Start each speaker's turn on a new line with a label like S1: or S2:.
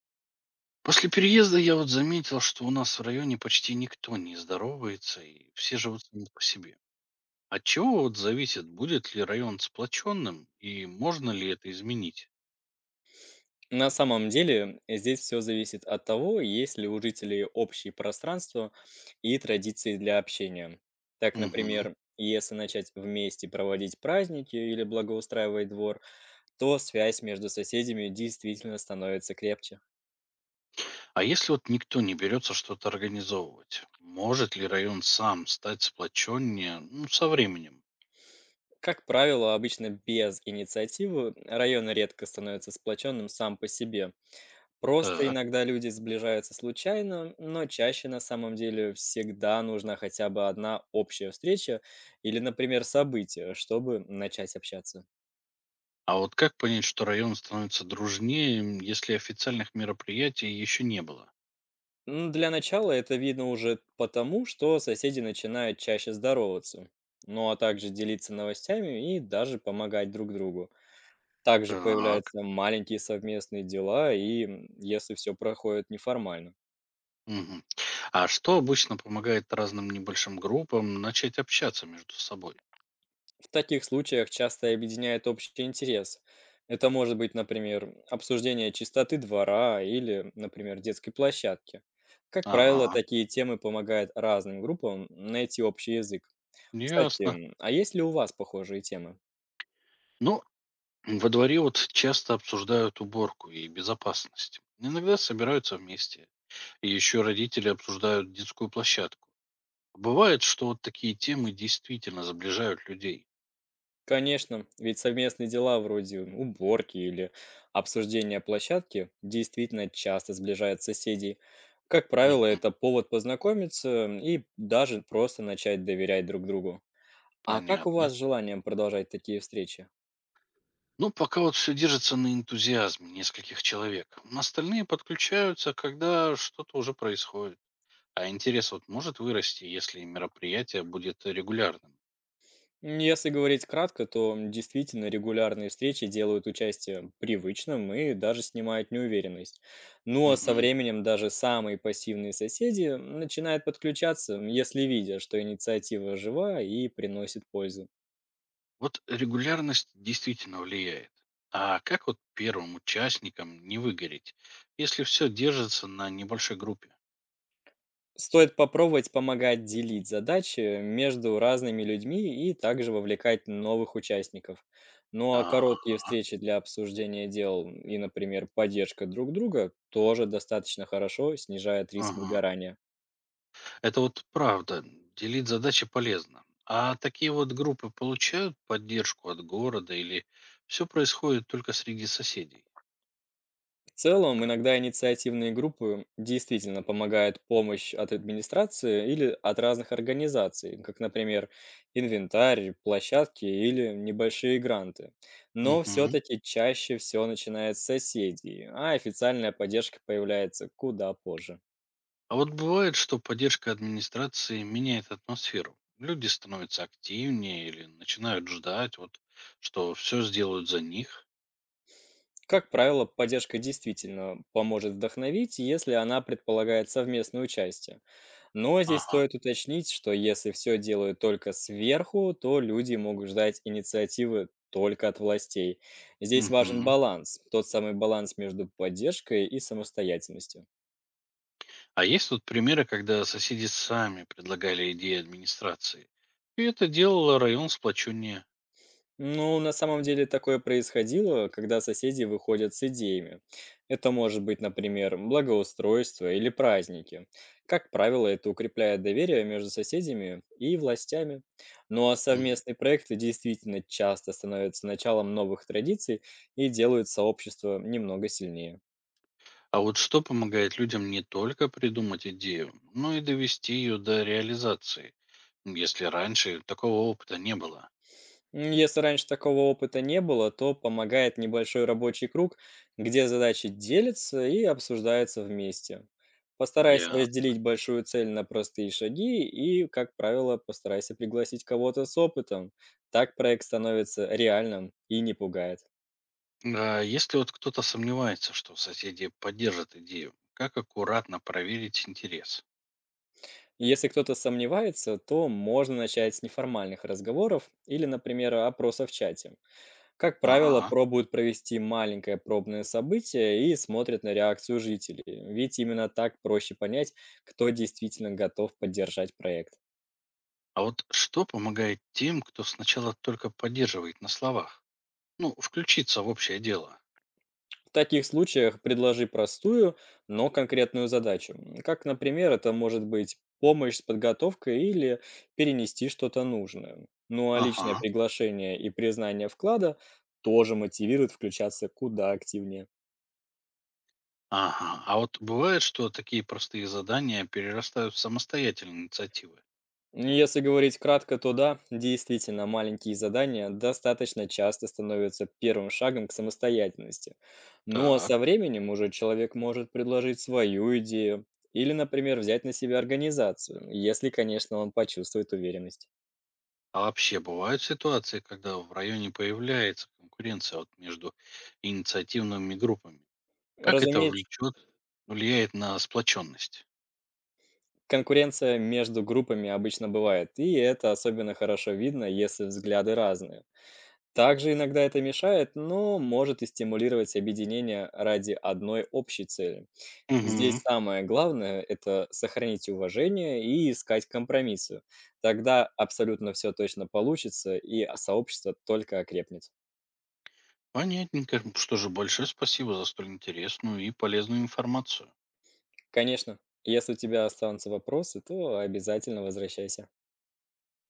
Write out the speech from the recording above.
S1: После переезда я вот заметил, что у нас в районе почти никто не здоровается, и все живут сами по себе. От чего вот зависит, будет ли район сплоченным, и можно ли это изменить?
S2: На самом деле здесь все зависит от того, есть ли у жителей общие пространства и традиции для общения. Так,
S1: Мгм.
S2: например, если начать вместе проводить праздники или благоустраивать двор, то связь между соседями действительно становится крепче.
S1: А если вот никто не берется что-то организовывать, может ли район сам стать сплоченнее ну, со временем?
S2: Как правило, обычно без инициативы район редко становится сплоченным сам по себе. Просто
S1: Так.
S2: иногда люди сближаются случайно, но чаще на самом деле всегда нужна хотя бы одна общая встреча или, например, событие, чтобы начать общаться.
S1: А вот как понять, что район становится дружнее, если официальных мероприятий еще не было?
S2: Для начала это видно уже потому, что соседи начинают чаще здороваться, ну а также делиться новостями и даже помогать друг другу. Также
S1: Так.
S2: появляются маленькие совместные дела, и если все проходит неформально.
S1: Мгм. А что обычно помогает разным небольшим группам начать общаться между собой?
S2: В таких случаях часто объединяет общий интерес. Это может быть, например, обсуждение чистоты двора или, например, детской площадки. Как правило,
S1: Ага,
S2: такие темы помогают разным группам найти общий язык. Кстати,
S1: ясно.
S2: а есть ли у вас похожие темы?
S1: Ну, во дворе вот часто обсуждают уборку и безопасность. Иногда собираются вместе. И еще родители обсуждают детскую площадку. Бывает, что вот такие темы действительно сближают людей.
S2: Конечно, ведь совместные дела вроде уборки или обсуждения площадки действительно часто сближают соседей. Как правило,
S1: Мгм,
S2: это повод познакомиться и даже просто начать доверять друг другу. А как у
S1: понятно.
S2: вас с желанием продолжать такие встречи?
S1: Ну, пока вот все держится на энтузиазме нескольких человек. Остальные подключаются, когда что-то уже происходит. А интерес вот может вырасти, если мероприятие будет регулярным?
S2: Если говорить кратко, то действительно регулярные встречи делают участие привычным и даже снимают неуверенность. Ну а со
S1: Мгм.
S2: временем даже самые пассивные соседи начинают подключаться, если видят, что инициатива жива и приносит пользу.
S1: Вот регулярность действительно влияет. А как вот первым участникам не выгореть, если все держится на небольшой группе?
S2: Стоит попробовать помогать делить задачи между разными людьми и также вовлекать новых участников. Ну а короткие
S1: Ага,
S2: встречи для обсуждения дел и, например, поддержка друг друга тоже достаточно хорошо снижает риск
S1: ага.
S2: выгорания.
S1: Это вот правда. Делить задачи полезно. А такие вот группы получают поддержку от города или все происходит только среди соседей?
S2: В целом, иногда инициативные группы действительно помогают помощь от администрации или от разных организаций, как, например, инвентарь, площадки или небольшие гранты. Но
S1: Мгм.
S2: все-таки чаще все начинает с соседей, а официальная поддержка появляется куда позже.
S1: А вот бывает, что поддержка администрации меняет атмосферу. Люди становятся активнее или начинают ждать, вот, что все сделают за них.
S2: Как правило, поддержка действительно поможет вдохновить, если она предполагает совместное участие. Но здесь
S1: Ага.
S2: стоит уточнить, что если все делают только сверху, то люди могут ждать инициативы только от властей. Здесь важен
S1: Мгм.
S2: баланс, тот самый баланс между поддержкой и самостоятельностью.
S1: А есть тут примеры, когда соседи сами предлагали идеи администрации. И это делало район сплоченнее.
S2: Ну, на самом деле такое происходило, когда соседи выходят с идеями. Это может быть, например, благоустройство или праздники. Как правило, это укрепляет доверие между соседями и властями. Ну а
S1: Мгм.
S2: совместные проекты действительно часто становятся началом новых традиций и делают сообщество немного сильнее.
S1: А вот что помогает людям не только придумать идею, но и довести ее до реализации, если раньше такого опыта не было?
S2: Если раньше такого опыта не было, то помогает небольшой рабочий круг, где задачи делятся и обсуждаются вместе. Постарайся
S1: Я
S2: разделить большую цель на простые шаги и, как правило, постарайся пригласить кого-то с опытом. Так проект становится реальным и не пугает.
S1: А если вот кто-то сомневается, что соседи поддержат идею, как аккуратно проверить интерес?
S2: Если кто-то сомневается, то можно начать с неформальных разговоров или, например, опроса в чате. Как правило,
S1: Ага.
S2: пробуют провести маленькое пробное событие и смотрят на реакцию жителей, ведь именно так проще понять, кто действительно готов поддержать проект.
S1: А вот что помогает тем, кто сначала только поддерживает на словах? Ну, включиться в общее дело.
S2: В таких случаях предложи простую, но конкретную задачу. Как, например, это может быть помощь с подготовкой или перенести что-то нужное. Ну а личное
S1: Ага.
S2: приглашение и признание вклада тоже мотивирует включаться куда активнее.
S1: Ага. А вот бывает, что такие простые задания перерастают в самостоятельные инициативы?
S2: Ну, если говорить кратко, то да, действительно, маленькие задания достаточно часто становятся первым шагом к самостоятельности. Но со
S1: Так.
S2: временем уже человек может предложить свою идею или, например, взять на себя организацию, если, конечно, он почувствует уверенность.
S1: А вообще бывают ситуации, когда в районе появляется конкуренция вот между инициативными группами? Как это
S2: Разумеется,
S1: влияет на сплоченность?
S2: конкуренция между группами обычно бывает, и это особенно хорошо видно, если взгляды разные. Также иногда это мешает, но может и стимулировать объединение ради одной общей цели. Здесь
S1: Мгм.
S2: самое главное – это сохранить уважение и искать компромиссы. Тогда абсолютно все точно получится, и сообщество только окрепнет.
S1: Понятненько. Что же, большое спасибо за столь интересную и полезную информацию.
S2: Конечно, если у тебя останутся вопросы, то обязательно возвращайся.